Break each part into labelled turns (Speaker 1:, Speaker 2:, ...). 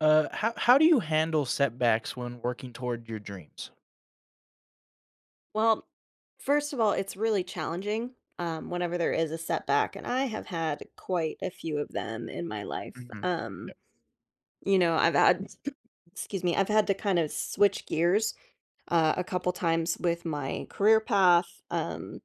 Speaker 1: How do you handle setbacks when working toward your dreams?
Speaker 2: Well, first of all, it's really challenging, whenever there is a setback, and I have had quite a few of them in my life.
Speaker 1: Mhm. Yep.
Speaker 2: I've had excuse me, I've had to kind of switch gears, a couple times with my career path,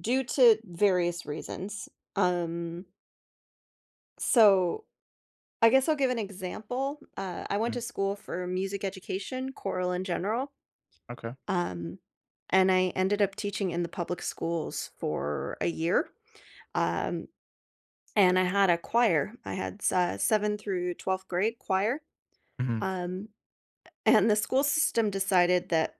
Speaker 2: due to various reasons. Um, so I guess I'll give an example. I went
Speaker 1: Mm.
Speaker 2: to school for music education, choral in general.
Speaker 1: Okay.
Speaker 2: Um, and I ended up teaching in the public schools for a year. Um, and I had a choir. I had seventh through 12th grade choir.
Speaker 1: Mhm.
Speaker 2: Um, and the school system decided that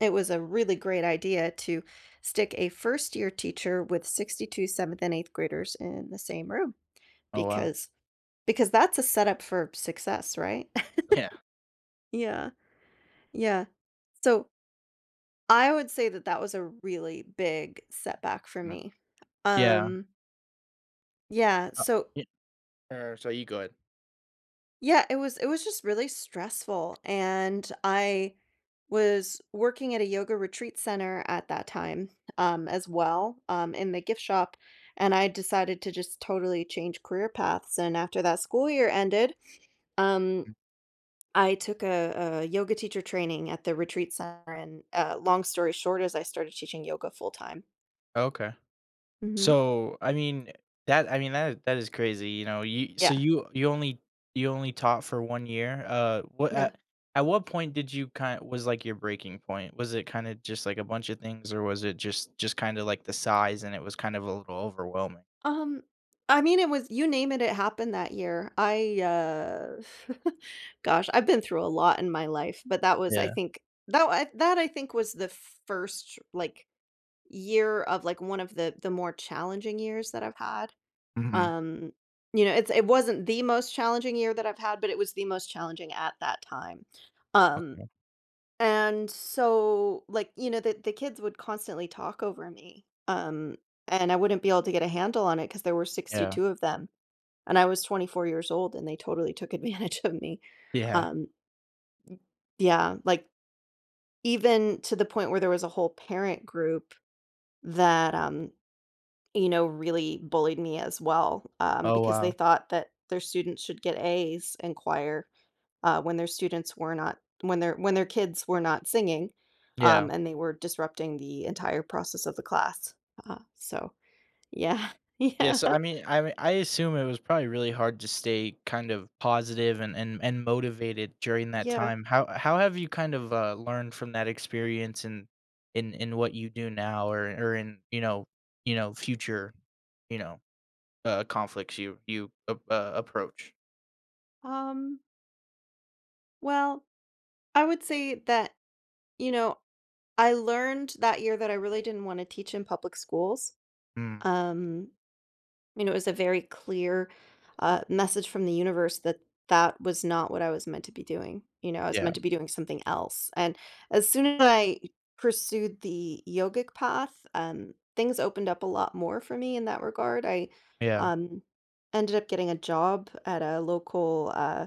Speaker 2: it was a really great idea to stick a first year teacher with 62 seventh and eighth graders in the same room
Speaker 1: Oh, wow.
Speaker 2: because because that's a setup for success, right?
Speaker 1: Yeah.
Speaker 2: Yeah. Yeah. So I would say that that was a really big setback for
Speaker 1: Mm.
Speaker 2: me.
Speaker 1: Yeah.
Speaker 2: Um Yeah,
Speaker 1: Uh,
Speaker 2: so
Speaker 1: ye so you good.
Speaker 2: yeah, it was just really stressful, and I was working at a yoga retreat center at that time, as well, in the gift shop, and I decided to just totally change career paths, and after that school year ended, um,
Speaker 1: Mm.
Speaker 2: I took a yoga teacher training at the retreat center, and long story short is I started teaching yoga full time.
Speaker 1: Okay.
Speaker 2: Hmm.
Speaker 1: So, that is crazy, you know, you so
Speaker 2: Yeah,
Speaker 1: you you only taught for 1 year, what
Speaker 2: yeah.
Speaker 1: at what point did you kind was, like, your breaking point? Was it kinda just, like, a bunch of things, or was it just kinda, like, the size and it was kind of a little overwhelming?
Speaker 2: Um, I mean, it was you name it, it happened that year. I gosh, I've been through a lot in my life, but that was, I
Speaker 1: Yeah.
Speaker 2: think, that I think was the first like year of like one of the more challenging years that I've had.
Speaker 1: Mhm.
Speaker 2: Um, it's it wasn't the most challenging year that I've had, but it was the most challenging at that time. Um,
Speaker 1: Okay.
Speaker 2: and so, like, you know, the kids would constantly talk over me, and I wouldn't be able to get a handle on it because there were
Speaker 1: Yeah.
Speaker 2: 62 of them, and I was 24 years old, and they totally took advantage of me.
Speaker 1: Yeah.
Speaker 2: Um, yeah, like, even to the point where there was a whole parent group that, really bullied me as well,
Speaker 1: Oh,
Speaker 2: because they
Speaker 1: wow.
Speaker 2: thought that their students should get A's in choir. When their students were not when their kids were not singing,
Speaker 1: Yeah.
Speaker 2: and they were disrupting the entire process of the class. Uh, so yeah,
Speaker 1: Yeah,
Speaker 2: yeah,
Speaker 1: so, I mean I mean, I assume it was probably really hard to stay kind of positive and and motivated during that
Speaker 2: yeah.
Speaker 1: time. How have you kind of, learned from that experience and in what you do now or in, you know, future, you know, conflicts you you ap approach?
Speaker 2: Um, well, I would say that you know I learned that year that I really didn't want to teach in public schools.
Speaker 1: Mm.
Speaker 2: Um, I mean, it was a very clear, message from the universe that that was not what I was meant to be doing, you know, I was
Speaker 1: Yeah.
Speaker 2: meant to be doing something else, and as soon as I pursued the yogic path, things opened up a lot more for me in that regard, I,
Speaker 1: Yeah.
Speaker 2: um, ended up getting a job at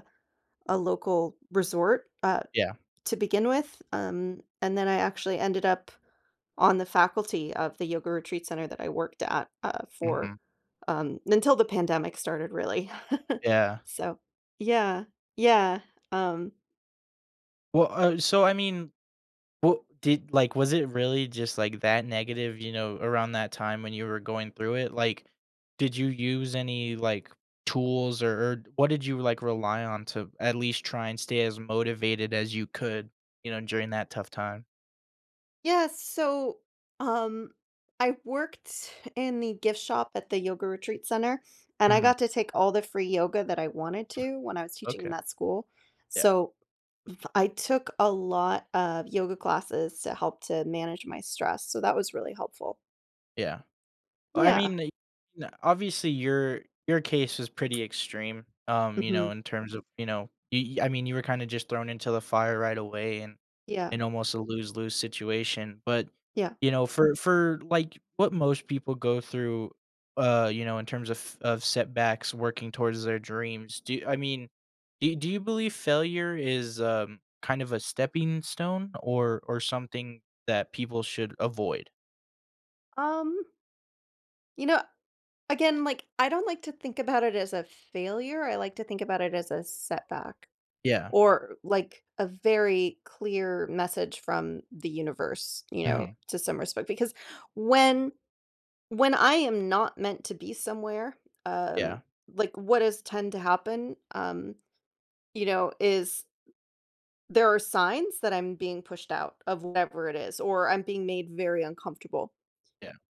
Speaker 2: a local resort,
Speaker 1: Yeah.
Speaker 2: to begin with, and then I actually ended up on the faculty of the yoga retreat center that I worked at,
Speaker 1: Mhm.
Speaker 2: until the pandemic started, really.
Speaker 1: Yeah.
Speaker 2: So yeah, yeah, um
Speaker 1: Well, uh, so, I mean Well, did like, was it really just, like, that negative, you know, around that time when you were going through it? Like, did you use any, like, tools or what did you, like, rely on to at least try and stay as motivated as you could, you know, during that tough time?
Speaker 2: yeah, um, I worked in the gift shop at the yoga retreat center, and I
Speaker 1: Mhm.
Speaker 2: got to take all the free yoga that I wanted to when I was teaching in
Speaker 1: Okay.
Speaker 2: that school.
Speaker 1: Yeah.
Speaker 2: So, I took a lot of yoga classes to help to manage my stress, so that was really helpful.
Speaker 1: Yeah. Well, I
Speaker 2: Yeah.
Speaker 1: mean, obviously, your your case was pretty extreme, you know,
Speaker 2: Mhm.
Speaker 1: in terms of, you know, you y I mean, you were kinda just thrown into the fire right away
Speaker 2: Yeah.
Speaker 1: and almost a lose-lose situation, but,
Speaker 2: Yeah.
Speaker 1: you know, for, like, what most people go through, you know, in terms of setbacks working towards their dreams, do I mean, do you believe failure is, kind of a stepping stone or something that people should avoid?
Speaker 2: Um, you know, again, like I don't like to think about it as a failure. I like to think about it as a setback
Speaker 1: Yeah.
Speaker 2: or like a very clear message from the universe, you know,
Speaker 1: Mhm.
Speaker 2: to some respect because when when I am not meant to be somewhere, um
Speaker 1: Yeah.
Speaker 2: like what does tend to happen is there are signs that I'm being pushed out of whatever it is or I'm being made very uncomfortable.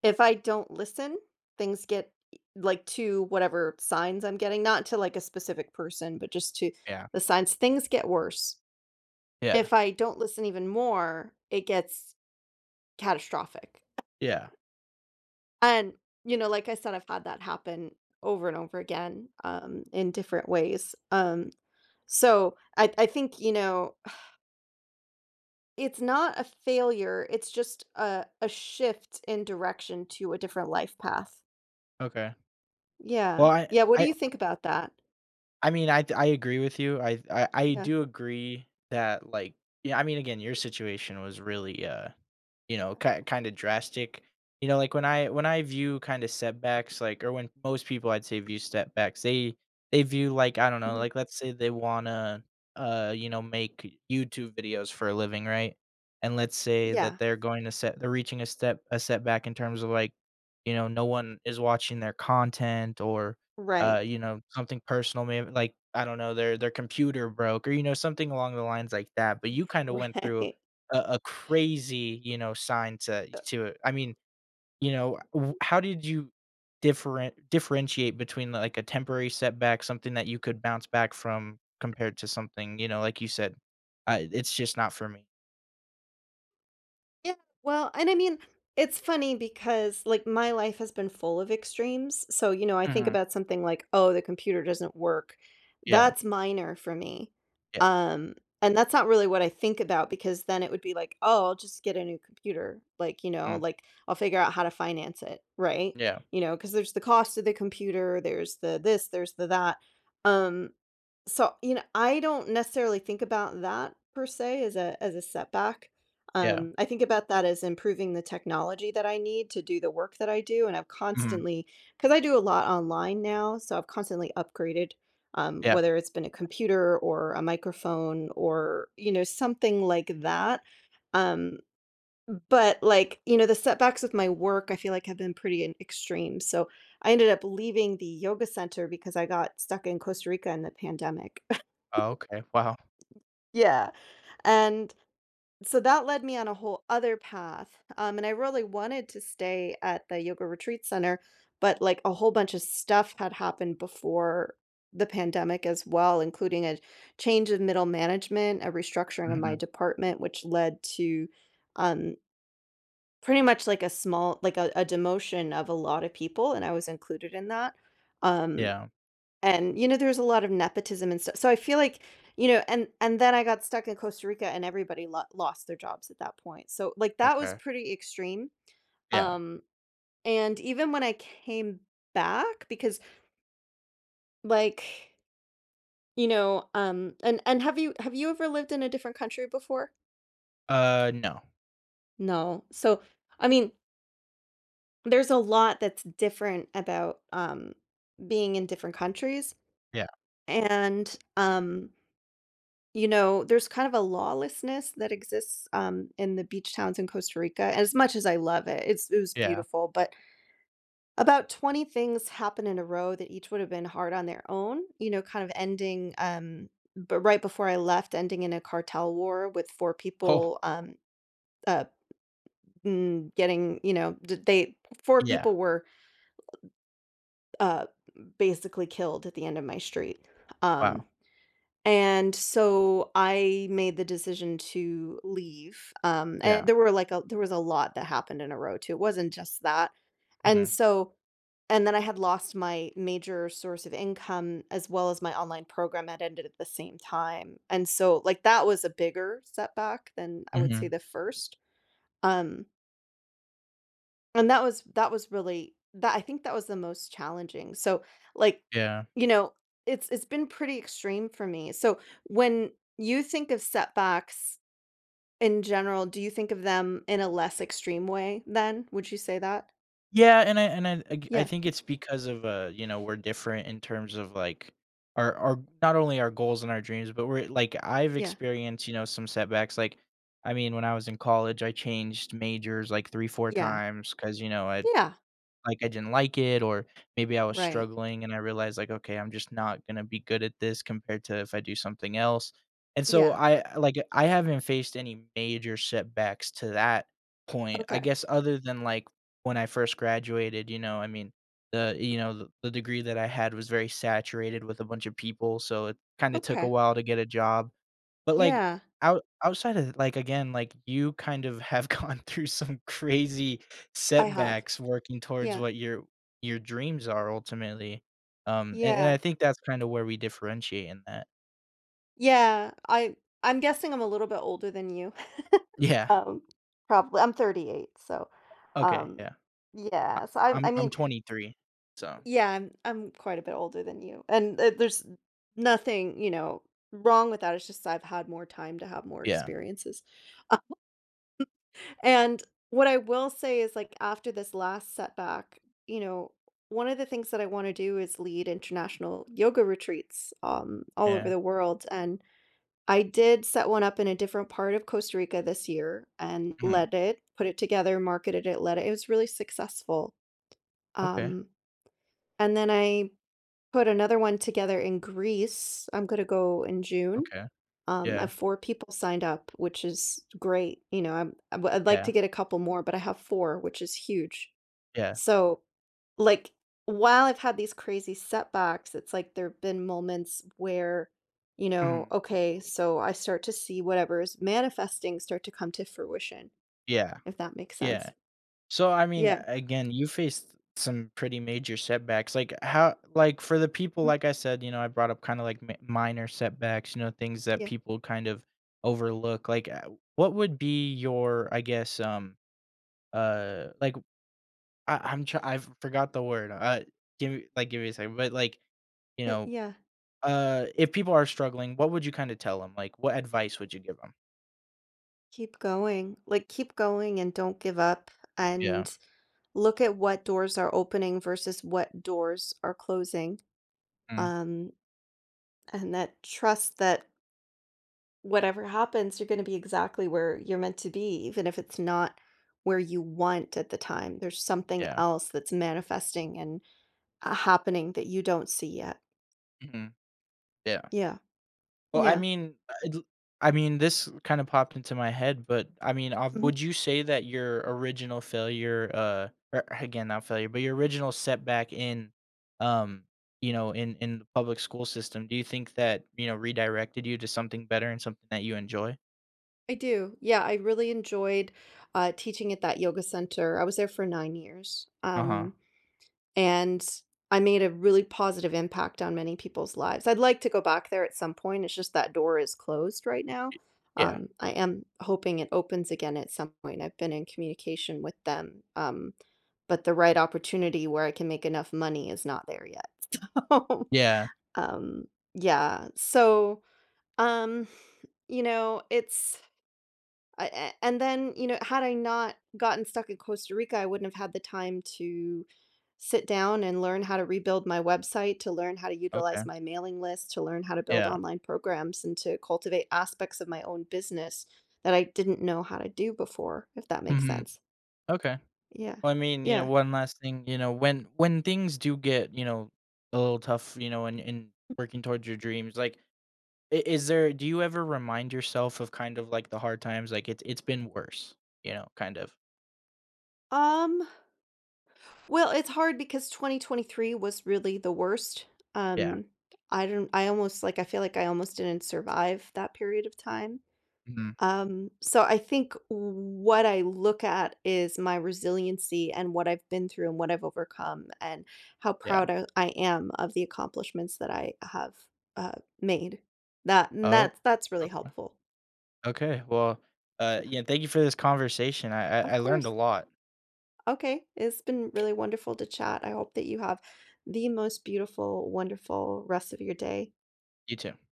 Speaker 2: If I don't listen, things get e like, to whatever signs I'm getting, not to, like, a specific person, but just to
Speaker 1: Yeah.
Speaker 2: the signs, things get worse.
Speaker 1: Yeah.
Speaker 2: If I don't listen even more, it gets catastrophic.
Speaker 1: Yeah.
Speaker 2: And, you know, like I said, I've had that happen over and over again, in different ways. So I think, you know, it's not a failure, it's just a shift in direction to a different life path.
Speaker 1: Okay. Well,
Speaker 2: Yeah. Yeah, what do
Speaker 1: I
Speaker 2: you think about that?
Speaker 1: I mean, I agree with you. I
Speaker 2: Yeah.
Speaker 1: do agree that like yeah, I mean again, your situation was really you know, ki kind of drastic. You know, like when I view kind of setbacks like or when most people I'd say view setbacks, they view like I don't know,
Speaker 2: Mhm.
Speaker 1: like let's say they want to you know, make YouTube videos for a living, right? And let's say that
Speaker 2: Yeah.
Speaker 1: they're going to set they're reaching a step a setback in terms of like you know, no one is watching their content or
Speaker 2: Right.
Speaker 1: you know, something personal, maybe like, I don't know, their computer broke or, you know, something along the lines like that, but you kinda went through
Speaker 2: Right.
Speaker 1: a crazy, you know, sign to it. I mean, you know, w how did you differentiate between, like, a temporary setback, something that you could bounce back from compared to something, you know, like you said, "I it's just not for me."
Speaker 2: Yeah. Well, and I mean, it's funny because like my life has been full of extremes. So, you know, I think
Speaker 1: Mhm.
Speaker 2: about something like, oh, the computer doesn't work.
Speaker 1: Yeah,
Speaker 2: That's minor for me.
Speaker 1: yeah,
Speaker 2: Um, and that's not really what I think about because then it would be like, oh, I'll just get a new computer. Like, you know,
Speaker 1: mm,
Speaker 2: like I'll figure out how to finance it, right?
Speaker 1: yeah,
Speaker 2: You know, because there's the cost of the computer, there's the this, there's the that. Um, So, you know, I don't necessarily think about that per se as a setback.
Speaker 1: yeah,
Speaker 2: I think about that as improving the technology that I need to do the work that I do, and I've
Speaker 1: mhm,
Speaker 2: constantly because I do a lot online now, so I've constantly upgraded,
Speaker 1: yeah.
Speaker 2: whether it's been a computer or a microphone or you know something like that. Um, but like you know, the setbacks with my work, I feel like have been pretty extreme. So I ended up leaving the yoga center because I got stuck in Costa Rica in the pandemic.
Speaker 1: Oh, okay, wow.
Speaker 2: Yeah, and so that led me on a whole other path, and I really wanted to stay at the yoga retreat center, but, like, a whole bunch of stuff had happened before the pandemic as well, including a change of middle management, a restructuring of my
Speaker 1: Mhm,
Speaker 2: department, which led to, um, pretty much like a small a demotion of a lot of people, and I was included in that, um
Speaker 1: yeah,
Speaker 2: and, you know, there's a lot of nepotism and stuff. So I feel like, you know, and then I got stuck in Costa Rica and everybody lo lost their jobs at that point. So like that was
Speaker 1: okay,
Speaker 2: pretty extreme.
Speaker 1: yeah.
Speaker 2: Um, and even when I came back, because like, you know, and have you ever lived in a different country before?
Speaker 1: No,
Speaker 2: No. So I mean, there's a lot that's different about being in different countries.
Speaker 1: yeah.
Speaker 2: And You know, there's kind of a lawlessness that exists, in the beach towns in Costa Rica, as much as I love it, it was
Speaker 1: Yeah.
Speaker 2: beautiful, but about 20 things happen in a row that each would have been hard on their own, you know, kind of ending, but right before I left, ending in a cartel war with 4
Speaker 1: Oh,
Speaker 2: people, uh, getting, you know, d they 4
Speaker 1: yeah.
Speaker 2: people were, uh, basically killed at the end of my street, um
Speaker 1: Wow.
Speaker 2: and so I made the decision to leave, and
Speaker 1: Yeah.
Speaker 2: there were, like, a there was a lot that happened in a row too, it wasn't just that. And
Speaker 1: Mhm.
Speaker 2: so and then I had lost my major source of income as well as my online program had ended at the same time, and so, like, that was a bigger setback than I would say
Speaker 1: Mhm.
Speaker 2: the first, um and that was really that I think that was the most challenging. So, like,
Speaker 1: Yeah.
Speaker 2: you know, it's been pretty extreme for me. So, when you think of setbacks in general, do you think of them in a less extreme way then? Would you say that?
Speaker 1: Yeah, and I ag I
Speaker 2: Yeah.
Speaker 1: think it's because of, you know, we're different in terms of, like, our not only our goals and our dreams, but I've
Speaker 2: Yeah.
Speaker 1: experienced, you know, some setbacks, like, I mean, when I was in college, I changed majors, like, 3, 4
Speaker 2: Yeah.
Speaker 1: times because you know, I
Speaker 2: Yeah.
Speaker 1: like, I didn't like it, or maybe I was
Speaker 2: Right.
Speaker 1: struggling and I realized, like, "Okay, I'm just not gonna be good at this compared to if I do something else." And so
Speaker 2: Yeah.
Speaker 1: I haven't faced any major setbacks to that point, I
Speaker 2: Okay.
Speaker 1: guess, other than, like, when I first graduated, you know, I mean, the you know, the degree that I had was very saturated with a bunch of people, so it kinda took a
Speaker 2: Okay.
Speaker 1: while to get a job. But, like,
Speaker 2: Yeah.
Speaker 1: outside of like, again, like, you kind of have gone through some crazy
Speaker 2: I have.
Speaker 1: setbacks working towards
Speaker 2: Yeah.
Speaker 1: what your dreams are ultimately, and I
Speaker 2: Yeah.
Speaker 1: think that's kinda where we differentiate in that.
Speaker 2: Yeah. I'm guessing I'm a little bit older than you.
Speaker 1: Yeah.
Speaker 2: Um, probably I'm 38, so,
Speaker 1: Okay,
Speaker 2: um,
Speaker 1: yeah. I
Speaker 2: yeah, so I
Speaker 1: I'm
Speaker 2: I
Speaker 1: I'm
Speaker 2: mean,
Speaker 1: 23, so
Speaker 2: yeah, I'm quite a bit older than you, and, there's nothing, you know, wrong with that, it's just I've had more time to have more
Speaker 1: yeah,
Speaker 2: experiences. And what I will say is, like, after this last setback, you know, one of the things that I wanna do is lead international yoga retreats, all over
Speaker 1: yeah.
Speaker 2: the world, and I did set one up in a different part of Costa Rica this year and
Speaker 1: Mhm.
Speaker 2: led it, put it together, marketed it, led it. It was really successful.
Speaker 1: Okay,
Speaker 2: Um, and then I put another one together in Greece. I'm going to go in June.
Speaker 1: okay.
Speaker 2: I
Speaker 1: Yeah,
Speaker 2: have 4 people signed up, which is great. You know, I'd like
Speaker 1: yeah,
Speaker 2: to get a couple more, but I have 4, which is huge.
Speaker 1: yeah.
Speaker 2: So like, while I've had these crazy setbacks, it's like there've been moments where, you know,
Speaker 1: Mhm.
Speaker 2: okay, so I start to see whatever is manifesting start to come to fruition,
Speaker 1: Yeah,
Speaker 2: if that makes
Speaker 1: yeah.
Speaker 2: sense.
Speaker 1: So, I mean,
Speaker 2: Yeah.
Speaker 1: again, you faced some pretty major setbacks. Like how like for the people
Speaker 2: Mhm.
Speaker 1: like I said, you know, I brought up kind of like mi minor setbacks, you know, things that
Speaker 2: Yeah.
Speaker 1: people kind of overlook. Like what would be your, I guess, like I I'm try I forgot the word. Give me like give me a second. But like, you
Speaker 2: Eh,
Speaker 1: know,
Speaker 2: yeah.
Speaker 1: if people are struggling, what would you kind of tell them? Like what advice would you give them?
Speaker 2: Keep going. Like, keep going and don't give up
Speaker 1: Yeah.
Speaker 2: and look at what doors are opening versus what doors are closing.
Speaker 1: Mm.
Speaker 2: Um, and that trust that whatever happens, you're going to be exactly where you're meant to be, even if it's not where you want at the time. There's something
Speaker 1: Yeah.
Speaker 2: else that's manifesting and happening that you don't see yet.
Speaker 1: Mhm. Yeah.
Speaker 2: Yeah.
Speaker 1: Well, I
Speaker 2: Yeah.
Speaker 1: mean, I'd l I mean, this kinda popped into my head, but, I mean,
Speaker 2: Hmm.
Speaker 1: would you say that your original failure, or again, not failure, but your original setback in, um, you know, in the public school system, do you think that, you know, redirected you to something better and something that you enjoy?
Speaker 2: I do. Yeah. I really enjoyed teaching at that yoga center. I was there for 9 years.
Speaker 1: Uh-huh.
Speaker 2: And I made a really positive impact on many people's lives. I'd like to go back there at some point. It's just that door is closed right now.
Speaker 1: Yeah.
Speaker 2: I am hoping it opens again at some point. I've been in communication with them, but the right opportunity where I can make enough money is not there yet. So,
Speaker 1: Yeah.
Speaker 2: um, yeah. Um, it's I a and then, you know, had I not gotten stuck in Costa Rica, I wouldn't have had the time to sit down and learn how to rebuild my website, to learn how to
Speaker 1: Okay.
Speaker 2: utilize my mailing list, to learn how to build
Speaker 1: Yeah.
Speaker 2: online programs, and to cultivate aspects of my own business that I didn't know how to do before, if that makes
Speaker 1: Mhm.
Speaker 2: sense.
Speaker 1: Okay.
Speaker 2: Yeah.
Speaker 1: Well, I mean, you know,
Speaker 2: Yeah.
Speaker 1: one last thing, you know, when things do get, you know, a little tough, you know, and in working towards your dreams, like I is there do you ever remind yourself of kind of, like, the hard times? Like, it's been worse, you know, kind of.
Speaker 2: Um, it's hard because 2023 was really the worst.
Speaker 1: Yeah.
Speaker 2: Um, I don't I feel like I almost didn't survive that period of time.
Speaker 1: Mhm.
Speaker 2: So I think what I look at is my resiliency and what I've been through and what I've overcome and how
Speaker 1: Yeah.
Speaker 2: proud I am of the accomplishments that I have uh, made.
Speaker 1: Oh,
Speaker 2: That's really
Speaker 1: okay.
Speaker 2: helpful.
Speaker 1: Okay, well,
Speaker 2: Yeah,
Speaker 1: yeah, thank you for this conversation. I I
Speaker 2: of
Speaker 1: I learned a
Speaker 2: course.
Speaker 1: lot.
Speaker 2: Okay, it's been really wonderful to chat. I hope that you have the most beautiful, wonderful rest of your day.
Speaker 1: You too.